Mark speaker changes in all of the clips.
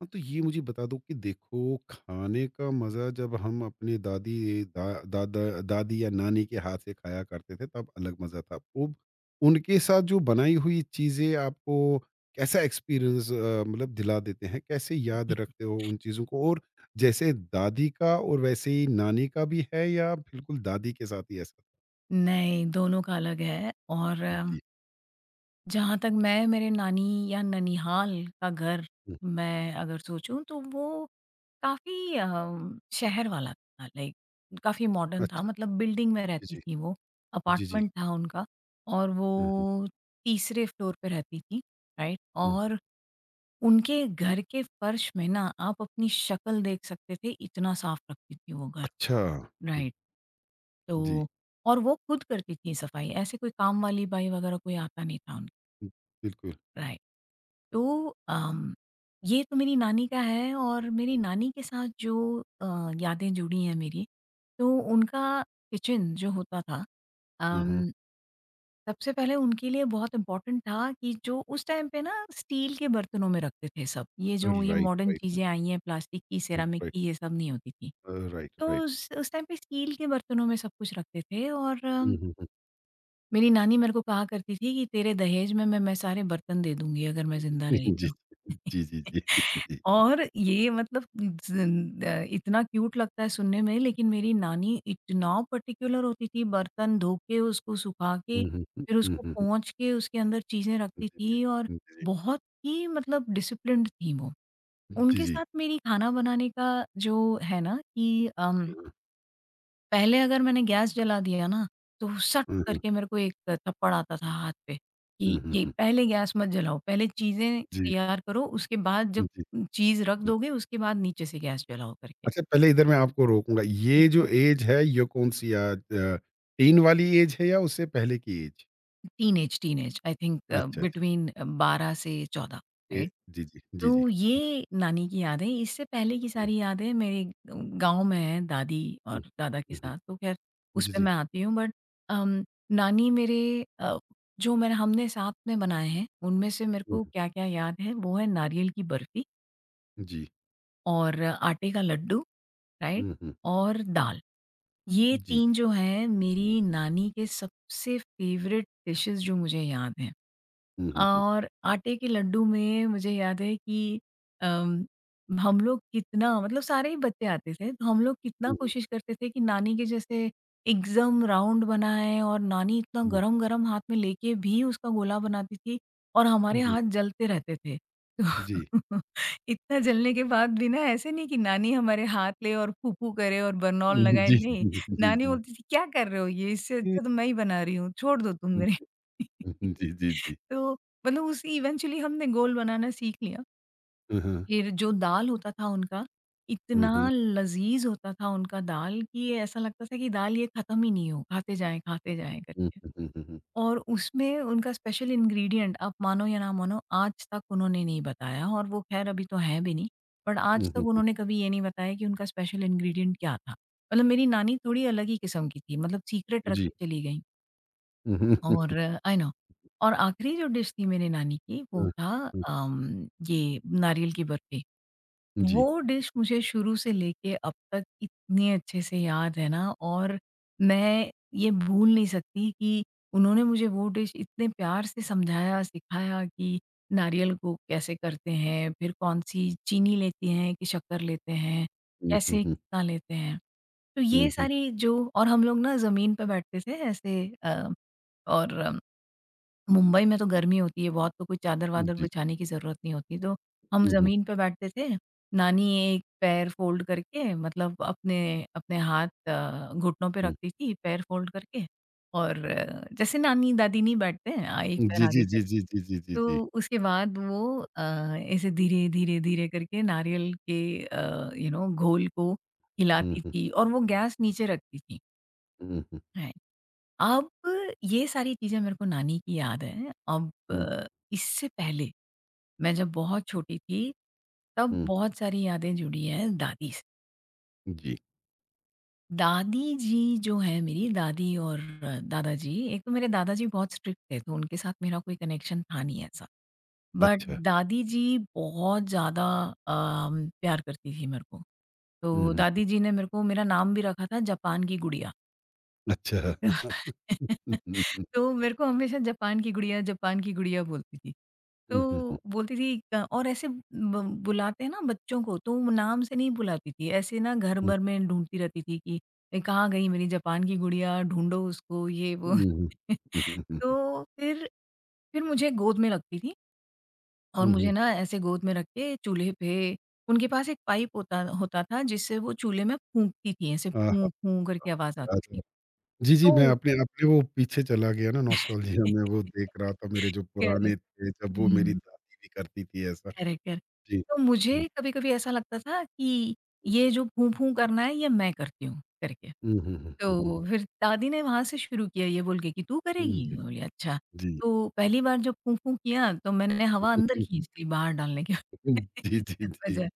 Speaker 1: हाँ, तो ये मुझे बता दो कि देखो, खाने का मज़ा जब हम अपने दादा दादी या नानी के हाथ से खाया करते थे तब अलग मज़ा था। वो उनके साथ जो बनाई हुई चीज़ें आपको कैसा एक्सपीरियंस मतलब दिला देते हैं, कैसे याद रखते हो उन चीज़ों को? और जैसे दादी का और वैसे ही नानी का भी है, या बिल्कुल दादी के साथ ही ऐसा?
Speaker 2: नहीं, दोनों का अलग है। और
Speaker 1: जी।
Speaker 2: जहाँ तक मैं, मेरे नानी या ननिहाल का घर,
Speaker 1: हम्म।
Speaker 2: मैं अगर सोचूँ तो वो काफ़ी शहर वाला था। लाइक काफ़ी मॉडर्न था,
Speaker 1: अच्छा।
Speaker 2: मतलब बिल्डिंग में
Speaker 1: जी
Speaker 2: रहती
Speaker 1: जी।
Speaker 2: थी वो।
Speaker 1: जी जी।
Speaker 2: अपार्टमेंट था उनका। और वो
Speaker 1: हम्म, हम्म,
Speaker 2: तीसरे फ्लोर पे रहती थी, राइट?
Speaker 1: हम्म।
Speaker 2: और उनके घर के फर्श में ना आप अपनी शक्ल देख सकते थे, इतना साफ रखती थी वो घर,
Speaker 1: अच्छा।
Speaker 2: राइट।
Speaker 1: जी।
Speaker 2: तो और वो खुद करती थी सफाई, ऐसे कोई काम वाली बाई वगैरह कोई आता नहीं था उन।
Speaker 1: बिल्कुल।
Speaker 2: राइट। तो अम, ये तो मेरी नानी का है। और मेरी नानी के साथ जो यादें जुड़ी हैं मेरी, तो उनका किचन जो होता था,
Speaker 1: हम्म,
Speaker 2: अम, सबसे पहले उनके लिए बहुत इम्पोर्टेंट था कि जो उस टाइम पे ना स्टील के बर्तनों में रखते थे सब। ये जो ये
Speaker 1: राइट
Speaker 2: मॉडर्न
Speaker 1: राइट।
Speaker 2: चीज़ें आई हैं प्लास्टिक की, सेरामिक
Speaker 1: राइट।
Speaker 2: की, ये सब नहीं होती थी।
Speaker 1: राइट,
Speaker 2: तो
Speaker 1: राइट।
Speaker 2: उस टाइम पे स्टील के बर्तनों में सब कुछ रखते थे और
Speaker 1: हुँ, हुँ, हुँ।
Speaker 2: मेरी नानी मेरे को कहा करती थी कि तेरे दहेज में मैं सारे बर्तन दे दूँगी अगर मैं ज़िंदा
Speaker 1: हुँ,
Speaker 2: रही
Speaker 1: जी,
Speaker 2: तो।
Speaker 1: जी। जी, जी, जी, जी।
Speaker 2: और ये मतलब इतना क्यूट लगता है सुनने में। लेकिन मेरी नानी इतना पर्टिकुलर होती थी, बर्तन धो के उसको सुखा के,
Speaker 1: हुँ, हुँ, हुँ।
Speaker 2: फिर
Speaker 1: हुँ,
Speaker 2: उसको
Speaker 1: हुँ, हुँ।
Speaker 2: पोंछ के उसके अंदर चीज़ें रखती
Speaker 1: जी,
Speaker 2: थी। और
Speaker 1: जी,
Speaker 2: बहुत ही मतलब डिसिप्लिन्ड थी वो।
Speaker 1: जी,
Speaker 2: उनके
Speaker 1: जी।
Speaker 2: साथ मेरी खाना बनाने का जो है ना कि अम
Speaker 1: हुँ,
Speaker 2: पहले अगर मैंने गैस जला दिया ना, तो सट
Speaker 1: हुँ, हुँ,
Speaker 2: करके मेरे को एक थप्पड़ आता था हाथ पे, कि
Speaker 1: हुँ, हुँ,
Speaker 2: ये
Speaker 1: हुँ।
Speaker 2: पहले गैस मत जलाओ, पहले चीज़ें
Speaker 1: जी,
Speaker 2: तैयार करो, उसके बाद
Speaker 1: जी,
Speaker 2: जब
Speaker 1: जी।
Speaker 2: चीज़ रख दोगे, उसके बाद नीचे से गैस जलाओ करके।
Speaker 1: अच्छा, पहले इधर मैं आपको रोकूँगा। ये जो एज है ये कौन-सी अ, टीन वाली एज है या उससे पहले की age?
Speaker 2: Teenage teenage I think.
Speaker 1: अच्छा, अच्छा।
Speaker 2: बिटवीन 12 से 14,
Speaker 1: ए
Speaker 2: राइट?
Speaker 1: जी, जी, जी, जी।
Speaker 2: तो
Speaker 1: हुँ,
Speaker 2: ये नानी की यादें, इससे पहले की
Speaker 1: हुँ,
Speaker 2: सारी यादें मेरे गाँव में हैं दादी और
Speaker 1: हुँ,
Speaker 2: दादा के
Speaker 1: हुँ, हुँ।
Speaker 2: साथ, तो ख़ैर
Speaker 1: जी,
Speaker 2: उसपे
Speaker 1: जी।
Speaker 2: मैं आती हूँ। बट अम, नानी मेरे अ, जो मैंने हमने साथ में बनाए हैं, उनमें से मेरे
Speaker 1: हुँ,
Speaker 2: को
Speaker 1: हुँ।
Speaker 2: क्या-क्या याद है, वो है नारियल की बर्फ़ी
Speaker 1: जी।
Speaker 2: और आटे का लड्डू, राइट?
Speaker 1: हुँ, हुँ।
Speaker 2: और दाल। ये
Speaker 1: जी।
Speaker 2: 3 जो हैं मेरी नानी के सबसे फ़ेवरेट डिशेज़ जो मुझे याद हैं।
Speaker 1: हुँ, हुँ, हुँ।
Speaker 2: और आटे के लड्डू में मुझे याद है कि अम, हम लोग कितना मतलब सारे ही बच्चे आते थे, तो हम लोग कितना
Speaker 1: हुँ, हुँ,
Speaker 2: कोशिश करते थे कि नानी के जैसे एकदम राउंड बनाएँ। और नानी इतना
Speaker 1: हुँ।
Speaker 2: गरम-गरम हाथ में लेके भी उसका गोला बनाती थी और हमारे
Speaker 1: जी,
Speaker 2: हाथ जलते रहते थे। तो
Speaker 1: जी।
Speaker 2: इतना जलने के बाद भी ना ऐसे नहीं कि नानी हमारे हाथ ले और फू-फू करे और बरनौल लगाए,
Speaker 1: जी,
Speaker 2: नहीं।
Speaker 1: जी, जी,
Speaker 2: नानी
Speaker 1: जी,
Speaker 2: बोलती थी, "क्या कर रहे हो ये? इससे अच्छा तो मैं ही बना रही हूँ, छोड़ दो तुम
Speaker 1: जी।
Speaker 2: मेरे।"
Speaker 1: जी, जी, जी।
Speaker 2: तो मतलब उसी इवेंचुअली हमने गोल बनाना सीख लिया।
Speaker 1: हुँ, हुँ।
Speaker 2: फिर जो दाल होता था उनका,
Speaker 1: हुँ,
Speaker 2: इतना
Speaker 1: हुँ।
Speaker 2: लज़ीज़ होता था उनका दाल कि ऐसा लगता था कि दाल ये ख़त्म ही नहीं हो, खाते जाएँ
Speaker 1: हुँ,
Speaker 2: करके।
Speaker 1: हुँ, हुँ, हुँ, हुँ।
Speaker 2: और उसमें उनका स्पेशल इंग्रीडिएंट आप मानो या ना मानो आज तक उन्होंने नहीं बताया। और वो ख़ैर अभी तो है भी नहीं। बट
Speaker 1: हुँ,
Speaker 2: आज
Speaker 1: हुँ,
Speaker 2: तक
Speaker 1: हुँ।
Speaker 2: उन्होंने कभी ये नहीं बताया कि उनका स्पेशल इंग्रीडिएंट क्या था। मतलब मेरी नानी थोड़ी अलग ही किस्म की थी, मतलब सीक्रेट रख
Speaker 1: जी।
Speaker 2: के चली गई।
Speaker 1: हुँ, हुँ, हुँ।
Speaker 2: और आई नो और आखिरी जो डिश थी मेरी नानी की, वो था
Speaker 1: हुँ, हुँ।
Speaker 2: ये नारियल की बर्फ़ी।
Speaker 1: जी।
Speaker 2: वो डिश मुझे शुरू से लेके अब तक इतने अच्छे से याद है ना। और मैं ये भूल नहीं सकती कि उन्होंने मुझे वो डिश इतने प्यार से समझाया, सिखाया कि नारियल को कैसे करते हैं, फिर कौन-सी चीनी लेते हैं कि शक्कर लेते हैं,
Speaker 1: हुँ, हुँ,
Speaker 2: कैसे
Speaker 1: हुँ।
Speaker 2: कितना लेते हैं। तो
Speaker 1: हुँ,
Speaker 2: ये
Speaker 1: हुँ।
Speaker 2: सारी जो। और हम लोग ना ज़मीन पे बैठते थे ऐसे और मुंबई में तो गर्मी होती है बहुत, तो कोई चादर-वादर
Speaker 1: जी।
Speaker 2: बिछाने की ज़रूरत नहीं होती, तो हम
Speaker 1: हुँ, हुँ,
Speaker 2: ज़मीन पे बैठते थे। नानी एक पैर फ़ोल्ड करके, मतलब अपने अपने हाथ घुटनों पे
Speaker 1: हुँ,
Speaker 2: रखती थी, पैर फ़ोल्ड करके। और
Speaker 1: हुँ।
Speaker 2: जैसे नानी-दादी नहीं बैठते हैं एक पैर
Speaker 1: जी, जी,
Speaker 2: आगे करके।
Speaker 1: जी, जी, जी, जी, जी, जी।
Speaker 2: तो उसके बाद वो ऐसे धीरे, धीरे, धीरे करके नारियल के घोल को
Speaker 1: हुँ,
Speaker 2: हिलाती
Speaker 1: हुँ।
Speaker 2: थी और वो गैस नीचे रखती थी।
Speaker 1: हुँ, हुँ।
Speaker 2: अब ये सारी चीज़ें मेरे को नानी की याद है। अब
Speaker 1: हुँ,
Speaker 2: इससे पहले मैं जब बहुत छोटी थी, तब
Speaker 1: हुँ।
Speaker 2: बहुत सारी यादें जुड़ी हैं दादी से।
Speaker 1: जी।
Speaker 2: दादी जी जो हैं मेरी दादी और दादाजी, एक तो मेरे दादाजी बहुत स्ट्रिक्ट थे, तो उनके साथ मेरा कोई कनेक्शन था नहीं ऐसा। बट
Speaker 1: अच्छा।
Speaker 2: दादी जी बहुत ज़्यादा प्यार करती थी मेरे को।
Speaker 1: हुँ,
Speaker 2: तो
Speaker 1: हुँ।
Speaker 2: दादी जी ने मेरे को मेरा नाम भी रखा था जापान की गुड़िया।
Speaker 1: अच्छा। हुँ, हुँ, हुँ।
Speaker 2: तो मेरे को हमेशा जापान की गुड़िया बोलती थी।
Speaker 1: हुँ, हुँ, हुँ।
Speaker 2: तो बोलती थी क और ऐसे ब बुलाते हैं ना बच्चों को, तो वो नाम से नहीं बुलाती थी, ऐसे ना घर
Speaker 1: हुँ,
Speaker 2: भर में ढूँढती रहती थी कि कहाँ गई मेरी जापान की गुड़िया, ढूँढो उसको ये वो।
Speaker 1: हुँ, हुँ। हुँ, हुँ, हुँ।
Speaker 2: तो फिर मुझे गोद में रखती थी। और
Speaker 1: हुँ,
Speaker 2: मुझे
Speaker 1: हुँ।
Speaker 2: ना ऐसे गोद में रख के चूल्हे पे उनके पास एक पाइप होता होता था, जिससे वो चूल्हे में फूँकती थी, ऐसे
Speaker 1: आहा!
Speaker 2: फूँ, फूँ करके आवाज़
Speaker 1: याद
Speaker 2: आती
Speaker 1: है।
Speaker 2: थी।
Speaker 1: जी, जी, मैं
Speaker 2: तो
Speaker 1: अपने अपने वो पीछे चला गया ना नॉस्टैल्जिया में, वो देख रहा था मेरे जो पुराने
Speaker 2: करेक्ट,
Speaker 1: थे, जब वो मेरी
Speaker 2: हुँ,
Speaker 1: दादी भी करती थी ऐसा।
Speaker 2: Correct, correct.
Speaker 1: जी।
Speaker 2: तो
Speaker 1: हुँ,
Speaker 2: मुझे कभी-कभी ऐसा लगता था कि
Speaker 1: हुँ।
Speaker 2: ये जो फूँ-फूँ करना है, ये मैं करती हूँ, करके।
Speaker 1: हुँ, हुँ, हुँ, हुँ, हुँ।
Speaker 2: तो फिर दादी ने वहाँ से शुरू किया, ये बोल के कि तू
Speaker 1: हुँ,
Speaker 2: करेगी?
Speaker 1: जी,
Speaker 2: मैं बोली अच्छा।
Speaker 1: जी।
Speaker 2: तो पहली बार जब फूँ-फूँ किया तो मैंने हवा अंदर खींच ली बाहर डालने के
Speaker 1: जी, जी, जी।
Speaker 2: वजह।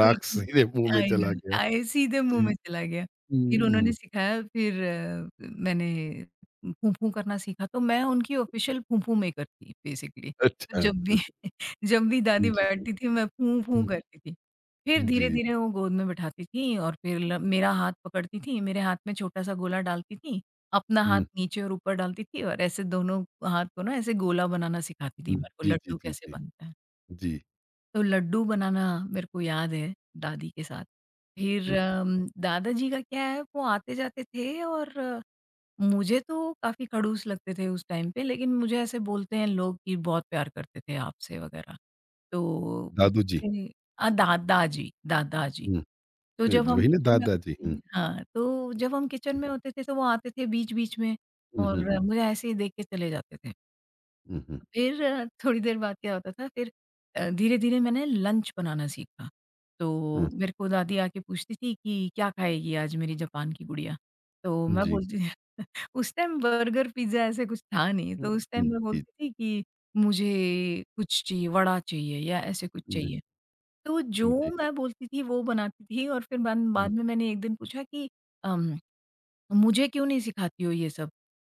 Speaker 2: तो
Speaker 1: सीधे मुँह
Speaker 2: इतना
Speaker 1: में चला गया।
Speaker 2: आई सीधे मुँह में
Speaker 1: जी।
Speaker 2: चला गया। फिर उन्होंने
Speaker 1: हुँ,
Speaker 2: सिखाया। फिर मैंने फूँ-फूँ करना सीखा तो मैं उनकी ऑफ़िशियल फूँ-फूँ मेकर थी बेसिकली। तो
Speaker 1: अच्छा।
Speaker 2: जब भी जब भी दादी
Speaker 1: जी, जी।
Speaker 2: बैठती थी मैं फूँ-फूँ
Speaker 1: हुँ,
Speaker 2: करती थी। फिर
Speaker 1: जी।
Speaker 2: धीरे-धीरे वो गोद में बिठाती थीं और फिर ल मेरा हाथ पकड़ती थीं, मेरे हाथ में छोटा-सा गोला डालती थीं, अपना हाथ
Speaker 1: हुँ,
Speaker 2: नीचे और ऊपर डालती थीं और ऐसे दोनों हाथ को ना ऐसे गोला बनाना सिखाती थीं मेरे को,
Speaker 1: जी, जी,
Speaker 2: लड्डू
Speaker 1: जी,
Speaker 2: कैसे
Speaker 1: जी।
Speaker 2: बनता है।
Speaker 1: जी,
Speaker 2: तो लड्डू बनाना मेरे को याद है दादी के साथ। फिर
Speaker 1: हुँ,
Speaker 2: दादाजी का क्या है, वो आते-जाते थे और मुझे तो काफ़ी खड़ूस लगते थे उस टाइम पे, लेकिन मुझे ऐसे बोलते हैं लोग कि बहुत प्यार करते थे आपसे वग़ैरह। तो
Speaker 1: दादू जी।
Speaker 2: मुझे अ, दा दाजी दादाजी।
Speaker 1: हुँ,
Speaker 2: तो जब हम
Speaker 1: वही ना
Speaker 2: किचन में
Speaker 1: दादा जी।
Speaker 2: होते
Speaker 1: हुँ,
Speaker 2: थे हाँ, तो जब हम किचन में होते थे तो वो आते थे बीच-बीच में
Speaker 1: हुँ,
Speaker 2: और
Speaker 1: हुँ,
Speaker 2: मुझे ऐसे ही देख के चले जाते थे।
Speaker 1: हुँ, हुँ,
Speaker 2: फिर थोड़ी देर बाद क्या होता था, फिर धीरे-धीरे मैंने लंच बनाना सीखा।
Speaker 1: हुँ,
Speaker 2: तो मेरे को दादी आके पूछती थी कि, "क्या खाएगी आज मेरी जापान की गुड़िया?" तो
Speaker 1: हुँ,
Speaker 2: मैं
Speaker 1: जी।
Speaker 2: बोलती। उस टाइम बर्गर, पिज़्ज़ा ऐसे कुछ था नहीं,
Speaker 1: हुँ,
Speaker 2: तो उस टाइम
Speaker 1: हुँ,
Speaker 2: मैं
Speaker 1: जी,
Speaker 2: बोलती थी कि मुझे कुछ चाहिए, वड़ा चाहिए या ऐसे कुछ
Speaker 1: जी,
Speaker 2: चाहिए। तो जो
Speaker 1: जी।
Speaker 2: मैं बोलती थी वो बनाती थी। और फिर बाद
Speaker 1: हुँ,
Speaker 2: बाद में मैंने एक दिन पूछा कि अम, मुझे क्यों नहीं सिखाती हो ये सब?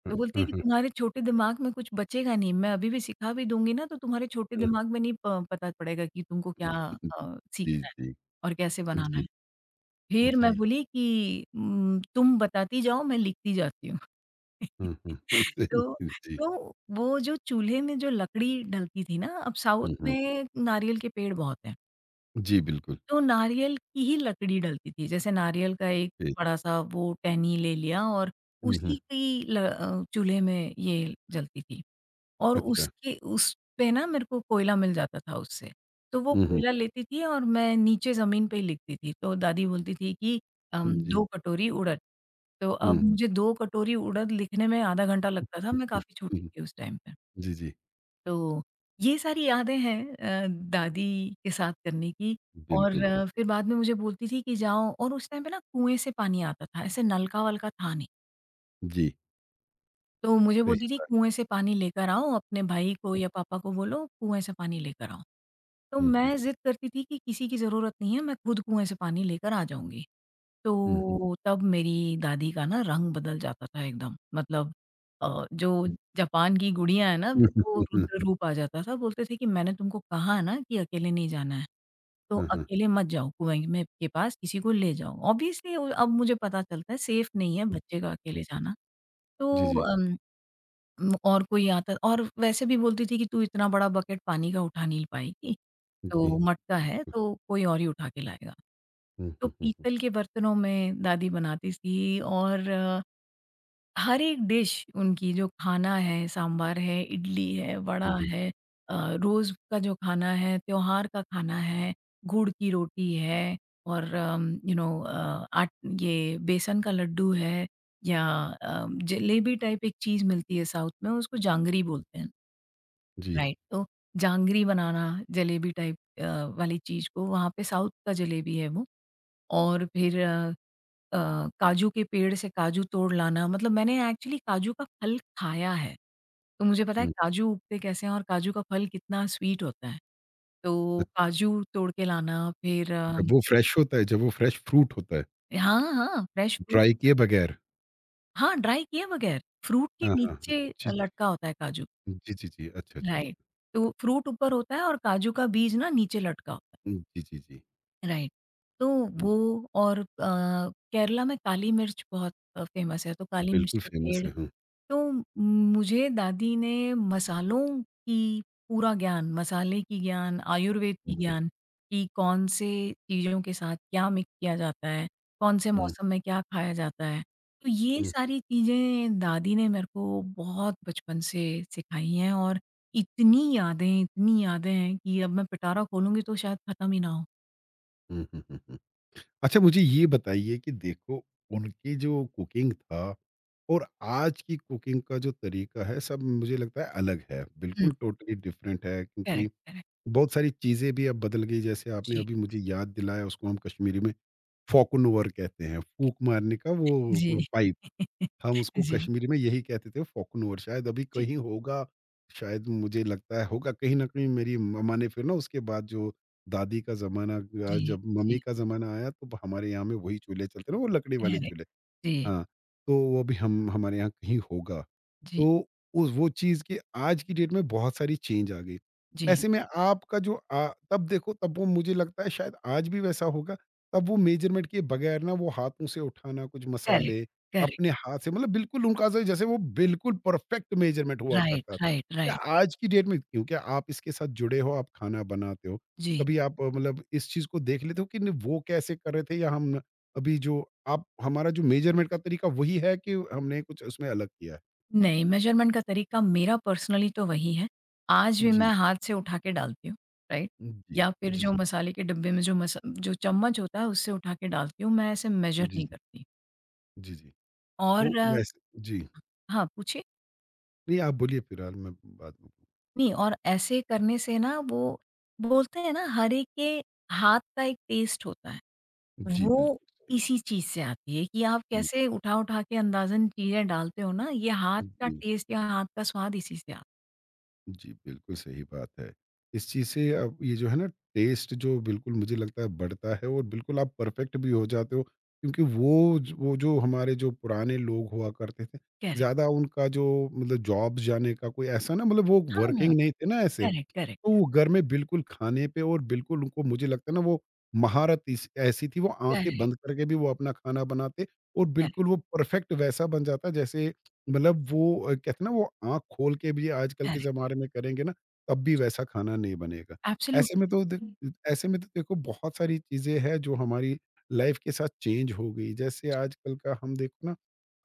Speaker 1: हुँ,
Speaker 2: तो बोलती
Speaker 1: हुँ,
Speaker 2: है कि
Speaker 1: हुँ,
Speaker 2: तुम्हारे छोटे दिमाग में कुछ बचेगा नहीं, मैं अभी भी सिखा भी दूँगी ना तो तुम्हारे छोटे
Speaker 1: हुँ,
Speaker 2: दिमाग में नहीं प पता पड़ेगा कि तुमको क्या
Speaker 1: हुँ, हुँ, जी,
Speaker 2: सीखना है
Speaker 1: जी,
Speaker 2: और कैसे बनाना
Speaker 1: जी,
Speaker 2: है। फिर मैं
Speaker 1: जी,
Speaker 2: बोली कि तुम बताती जाओ मैं लिखती जाती हूँ।
Speaker 1: हुँ, हुँ, सही
Speaker 2: तो
Speaker 1: जी,
Speaker 2: तो वो जो चूल्हे में जो लकड़ी डलती थी ना, अब साउथ
Speaker 1: हुँ, हुँ,
Speaker 2: में नारियल के पेड़ बहुत हैं।
Speaker 1: जी, बिल्कुल,
Speaker 2: तो नारियल की ही लकड़ी डलती थी। जैसे नारियल का एक
Speaker 1: जी,
Speaker 2: बड़ा-सा वो टहनी ले लिया और
Speaker 1: हुँ, हुँ,
Speaker 2: उसी की चूल्हे में ये जलती थी। और
Speaker 1: अच्छा,
Speaker 2: उसके उसपे ना मेरे को कोयला मिल जाता था उससे। तो वो
Speaker 1: हुँ, हुँ,
Speaker 2: कोयला लेती थी और मैं नीचे ज़मीन पे ही लिखती थी। तो दादी बोलती थी कि
Speaker 1: जी,
Speaker 2: 2 कटोरी उड़द। तो
Speaker 1: हुँ,
Speaker 2: अब मुझे 2 कटोरी उड़द लिखने में आधा घंटा लगता था, मैं काफ़ी छोटी
Speaker 1: हुँ,
Speaker 2: थी उस टाइम पे।
Speaker 1: जी, जी,
Speaker 2: तो ये सारी यादें हैं दादी के साथ करने की। और
Speaker 1: बिल्कुल, बिल्कुल,
Speaker 2: फिर बाद में मुझे बोलती थी कि जाओ, और उस टाइम पे ना कुएँ से पानी आता था, ऐसे नलका-वलका था नहीं।
Speaker 1: जी,
Speaker 2: तो मुझे
Speaker 1: सही
Speaker 2: बोलती थी
Speaker 1: बात,
Speaker 2: कुएँ से पानी लेकर आओ, अपने भाई को या पापा को बोलो कुएँ से पानी लेकर आओ। तो
Speaker 1: हुँ, हुँ,
Speaker 2: मैं ज़िद करती थी कि किसी की ज़रूरत नहीं है, मैं खुद कुएँ से पानी लेकर आ जाऊँगी।
Speaker 1: हुँ, हुँ,
Speaker 2: तो तब मेरी दादी का ना रंग बदल जाता था एकदम। मतलब जो
Speaker 1: हुँ,
Speaker 2: जापान की गुड़िया है ना,
Speaker 1: हुँ,
Speaker 2: फिर वो
Speaker 1: हुँ,
Speaker 2: रुद्र
Speaker 1: हुँ,
Speaker 2: रूप आ जाता था। बोलते थे कि मैंने तुमको कहा ना कि अकेले नहीं जाना है, तो
Speaker 1: हाँ, हाँ,
Speaker 2: अकेले मत जाओ कुएँ में के पास, किसी को ले जाओ। ऑब्वियसली अब मुझे पता चलता है सेफ नहीं है
Speaker 1: हाँ,
Speaker 2: बच्चे का अकेले जाना। तो
Speaker 1: जी, जी,
Speaker 2: और कोई आता। और वैसे भी बोलती थी कि तू इतना बड़ा बकेट पानी का उठा नहीं पाएगी,
Speaker 1: जी,
Speaker 2: तो मटका है तो कोई और ही उठा के लाएगा।
Speaker 1: हुँ,
Speaker 2: तो
Speaker 1: हुँ, हुँ,
Speaker 2: पीतल के बर्तनों में दादी बनाती थी। और हर एक डिश उनकी जो खाना है, सांभर है, इडली है,
Speaker 1: हुँ,
Speaker 2: वड़ा
Speaker 1: हुँ,
Speaker 2: है, अ, रोज़ का जो खाना है, त्योहार का खाना है, गुड़ की रोटी है और अम, यू नो अ, आट ये बेसन का लड्डू है, या अ, जलेबी टाइप एक चीज़ मिलती है साउथ में उसको जांगरी बोलते हैं,
Speaker 1: जी,
Speaker 2: राइट। तो जांगरी बनाना, जलेबी टाइप वाली चीज़ को वहाँ पे साउथ का जलेबी है वो। और फिर अ, काजू के पेड़ से काजू तोड़ लाना, मतलब मैंने एक्चुअली काजू का फल खाया है। तो मुझे पता है
Speaker 1: हुँ,
Speaker 2: काजू उगते कैसे हैं और काजू का फल कितना स्वीट होता है। तो
Speaker 1: अच्छा,
Speaker 2: काजू तोड़ के लाना, फिर
Speaker 1: जब वो फ्रेश होता है, जब वो फ्रेश फ्रूट होता है,
Speaker 2: हाँ, हाँ, फ्रेश फ्रूट
Speaker 1: ड्राई
Speaker 2: होता
Speaker 1: किए
Speaker 2: है।
Speaker 1: बगैर,
Speaker 2: हाँ, ड्राई किए बगैर फ्रूट के
Speaker 1: हाँ, हाँ, हाँ,
Speaker 2: नीचे
Speaker 1: जी, जी,
Speaker 2: लटका होता है काजू,
Speaker 1: जी, जी, जी, अच्छा, अच्छा,
Speaker 2: राइट।
Speaker 1: अच्छा,
Speaker 2: तो फ्रूट ऊपर होता है और काजू का बीज ना नीचे लटका होता है।
Speaker 1: जी, जी, जी।
Speaker 2: राइट। तो वो और केरला में काली मिर्च बहुत फ़ेमस है, तो काली मिर्च
Speaker 1: बिल्कुल
Speaker 2: के
Speaker 1: फ़ेमस
Speaker 2: पेड़।
Speaker 1: है। हुँ,
Speaker 2: तो मुझे दादी ने मसालों की पूरा ज्ञान, मसाले की ज्ञान, आयुर्वेद की
Speaker 1: हुँ,
Speaker 2: ज्ञान, कि कौन से चीज़ों के साथ क्या मिक्स किया जाता है, कौन से
Speaker 1: हुँ,
Speaker 2: मौसम में क्या खाया जाता है। तो ये
Speaker 1: हुँ,
Speaker 2: सारी चीज़ें दादी ने मेरे को बहुत बचपन से सिखाई हैं। और इतनी यादें हैं कि अब मैं पिटारा खोलूँगी तो शायद खत्म ही ना हो।
Speaker 1: हुँ, हुँ, हुँ, हुँ। अच्छा, मुझे ये बताइए कि देखो, उनकी जो कुकिंग था और आज की कुकिंग का जो तरीका है, सब मुझे लगता है अलग है। बिल्कुल टोटली डिफरेंट है, क्योंकि
Speaker 2: करेक्ट, करेक्ट।
Speaker 1: बहुत सारी चीज़ें भी अब बदल गई। जैसे आपने
Speaker 2: जी,
Speaker 1: अभी मुझे याद दिलाया, उसको हम कश्मीरी में फ़ोकन ओवर कहते हैं, फूक मारने का वो
Speaker 2: जी।
Speaker 1: पाइप। हम उसको
Speaker 2: जी,
Speaker 1: कश्मीरी में यही कहते थे फ़ोकनोर, शायद अभी
Speaker 2: जी,
Speaker 1: कहीं होगा, शायद मुझे लगता है होगा कहीं न कहीं। मेरी मम्मा ने फिर ना, उसके बाद जो दादी का ज़माना,
Speaker 2: जी,
Speaker 1: जब मम्मी
Speaker 2: जी।
Speaker 1: का ज़माना आया तो हमारे यहाँ में वही चूल्हे चलते ना, वो लकड़ी वाले
Speaker 2: करेक्ट,
Speaker 1: चूल्हे।
Speaker 2: जी,
Speaker 1: हाँ, तो वो भी हम हमारे यहाँ कहीं होगा।
Speaker 2: जी,
Speaker 1: तो उस वो चीज़ की आज की डेट में बहुत सारी चेंज आ गई।
Speaker 2: जी।
Speaker 1: ऐसे में आपका जो तब देखो, तब वो मुझे लगता है शायद आज भी वैसा होगा, तब वो मेज़रमेंट किए बगैर ना, वो हाथों से उठाना कुछ
Speaker 2: करेक्ट,
Speaker 1: मसाले,
Speaker 2: करेक्ट।
Speaker 1: अपने हाथ से, मतलब बिल्कुल उनका ज जैसे वो बिल्कुल परफेक्ट मेज़रमेंट हुआ
Speaker 2: राइट,
Speaker 1: करता था।
Speaker 2: राइट,
Speaker 1: क्या
Speaker 2: राइट।
Speaker 1: आज की डेट में, क्योंकि आप इसके साथ जुड़े हो, आप खाना बनाते हो,
Speaker 2: जी।
Speaker 1: कभी आप मतलब इस चीज़ को देख लेते हो कि नहीं वो कैसे कर रहे थे, या हम अभी जो आप हमारा जो मेज़रमेंट का तरीका वही है, कि हमने कुछ उसमें अलग किया है?
Speaker 2: नहीं, मेजरमेंट का तरीका मेरा पर्सनली तो वही है। आज भी
Speaker 1: जी।
Speaker 2: मैं हाथ से उठा के डालती हूँ, राइट?
Speaker 1: जी।
Speaker 2: या फिर
Speaker 1: जी,
Speaker 2: जो
Speaker 1: जी।
Speaker 2: मसाले के डिब्बे में जो मसा जो चम्मच होता है उससे उठा के डालती हूँ, मैं ऐसे मेजर
Speaker 1: जी,
Speaker 2: नहीं
Speaker 1: जी।
Speaker 2: करती।
Speaker 1: जी, जी।
Speaker 2: और
Speaker 1: तो वैसे जी।
Speaker 2: हाँ, पूछिए?
Speaker 1: नहीं, आप बोलिए, फिलहाल मैं बाद में।
Speaker 2: नहीं, और ऐसे करने से ना वो बोलते हैं ना हर एक के हाथ का एक टेस्ट होता है।
Speaker 1: जी,
Speaker 2: वो
Speaker 1: बिल्कुल सही।
Speaker 2: इसी चीज़ से आती है कि आप
Speaker 1: हुँ,
Speaker 2: कैसे उठा-उठा के अंदाज़न चीज़ें डालते हो ना, ये हाथ का
Speaker 1: जी।
Speaker 2: टेस्ट या हाथ का स्वाद इसी से आता है।
Speaker 1: जी, बिल्कुल सही बात है। इस चीज़ से, अब ये जो है ना टेस्ट, जो बिल्कुल मुझे लगता है बढ़ता है, और बिल्कुल आप परफेक्ट भी हो जाते हो, क्योंकि वो ज वो जो हमारे जो पुराने लोग हुआ करते थे,
Speaker 2: करेक्ट,
Speaker 1: ज़्यादा उनका जो, मतलब जॉब्स जाने का कोई ऐसा ना, मतलब वो
Speaker 2: हाँ,
Speaker 1: वर्किंग नहीं थे ना ऐसे।
Speaker 2: करेक्ट,
Speaker 1: तो
Speaker 2: करेक्ट,
Speaker 1: वो घर में बिल्कुल खाने पे, और बिल्कुल उनको मुझे लगता है ना वो महारत इस ऐसी थी, वो आँखें
Speaker 2: करेक्ट,
Speaker 1: बंद करके भी वो अपना खाना बनाते और
Speaker 2: करेक्ट,
Speaker 1: बिल्कुल वो परफेक्ट वैसा बन जाता जैसे, मतलब वो कहते हैं ना, वो आँख खोल के भी आजकल के
Speaker 2: करेक्ट,
Speaker 1: ज़माने में करेंगे ना, तब भी वैसा खाना नहीं बनेगा। ऐसे
Speaker 2: एब्सोल्युटली।
Speaker 1: में तो देख
Speaker 2: हुँ,
Speaker 1: ऐसे में तो देखो, बहुत सारी चीज़ें हैं जो हमारी लाइफ़ के साथ चेंज हो गई। जैसे
Speaker 2: जी,
Speaker 1: आजकल का हम देखो ना,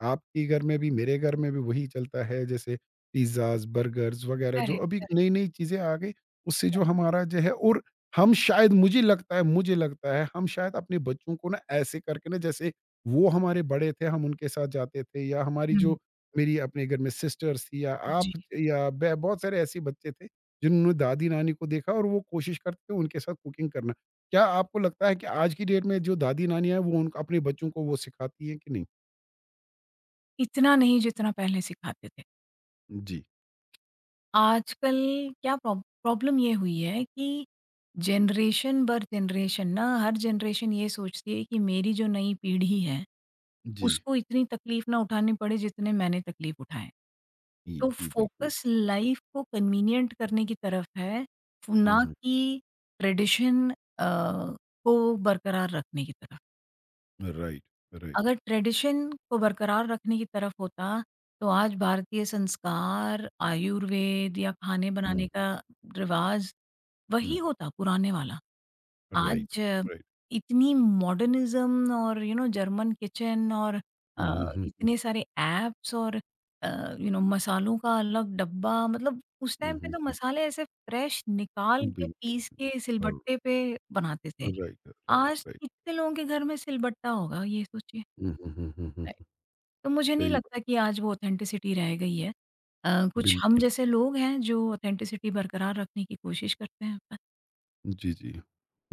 Speaker 1: आपके घर में भी मेरे घर में भी वही चलता है, जैसे पिज़्ज़ाज़, बर्गर्स वग़ैरह जो
Speaker 2: करेक्ट,
Speaker 1: अभी
Speaker 2: करेक्ट,
Speaker 1: नई-नई चीज़ें आ गई, उससे जो हमारा जो है। और हम शायद, मुझे लगता है, हम शायद अपने बच्चों को ना ऐसे करके ना, जैसे वो हमारे बड़े थे हम उनके साथ जाते थे, या हमारी जो,
Speaker 2: हुँ,
Speaker 1: मेरी अपने घर में सिस्टर्स थी, या आप,
Speaker 2: जी।
Speaker 1: या बहुत सारे ऐसे बच्चे थे जिन्होंने दादी नानी को देखा और वो कोशिश करते थे उनके साथ कुकिंग करना। क्या आपको लगता है कि आज की डेट में जो दादी नानी है वो उन अपने बच्चों को वो सिखाती है कि नहीं?
Speaker 2: इतना नहीं जितना पहले सिखाते थे।
Speaker 1: जी,
Speaker 2: आजकल क्या प्रॉब्लम ये हुई है कि जनरेशन बर जनरेशन ना हर जनरेशन ये सोचती है कि मेरी जो नई पीढ़ी है,
Speaker 1: जी,
Speaker 2: उसको इतनी तकलीफ़ ना उठानी पड़े जितने मैंने तकलीफ़ उठाएँ।
Speaker 1: जी,
Speaker 2: तो
Speaker 1: जी। बिल्कुल।
Speaker 2: फोकस लाइफ को कन्वीनिएंट करने की तरफ है, ना
Speaker 1: हम्म,
Speaker 2: कि ट्रेडिशन को बरकरार रखने की तरफ।
Speaker 1: Right right.
Speaker 2: अगर ट्रेडिशन को बरकरार रखने की तरफ होता, तो आज भारतीय संस्कार, आयुर्वेद या खाने बनाने
Speaker 1: हम्म,
Speaker 2: का रिवाज,
Speaker 1: हम्म,
Speaker 2: वही होता पुराने वाला।
Speaker 1: राइट
Speaker 2: आज
Speaker 1: राइट।
Speaker 2: इतनी मॉडर्निज़्म और जर्मन किचन और
Speaker 1: हम्म।
Speaker 2: इतने सारे ऐप्स और मसालों का अलग डब्बा, मतलब उस
Speaker 1: हुँ,
Speaker 2: टाइम पे
Speaker 1: हुँ,
Speaker 2: तो
Speaker 1: हुँ।
Speaker 2: मसाले ऐसे फ्रेश निकाल के
Speaker 1: बिल्कुल।
Speaker 2: पीस के सिलबट्टे पे बनाते थे।
Speaker 1: राइट, राइट,
Speaker 2: आज
Speaker 1: राइट।
Speaker 2: कितने लोगों के घर में सिलबट्टा होगा ये सोचिए।
Speaker 1: हुँ, हुँ, हुँ, हुँ, हुँ।
Speaker 2: राइट। तो मुझे नहीं
Speaker 1: सही बात।
Speaker 2: लगता कि आज वो ऑथेंटिसिटी रह गई है। कुछ हम
Speaker 1: बिल्कुल।
Speaker 2: जैसे लोग हैं जो ऑथेंटिसिटी बरकरार रखने की कोशिश करते हैं।
Speaker 1: जी, जी।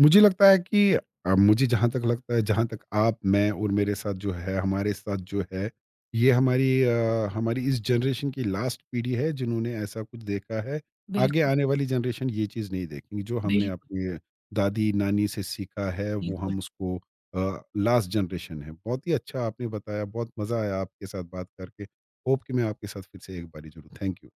Speaker 1: मुझे लगता है कि, मुझे जहाँ तक लगता है, जहाँ तक आप, मैं और मेरे साथ जो है, हमारे साथ जो है, ये हमारी हमारी इस जनरेशन की लास्ट पीढ़ी है जिन्होंने ऐसा कुछ देखा है। आगे
Speaker 2: बिल्कुल,
Speaker 1: आने वाली जनरेशन ये चीज़ नहीं देखेंगी, जो हमने
Speaker 2: बिल्कुल,
Speaker 1: अपने दादी-नानी से सीखा है वो
Speaker 2: बिल्कुल।
Speaker 1: हम उसको लास्ट जनरेशन है। बहुत ही अच्छा आपने बताया, बहुत मज़ा आया आपके साथ बात करके। होप कि मैं आपके साथ फिर से एक बारी जुड़ूँ। Thank you.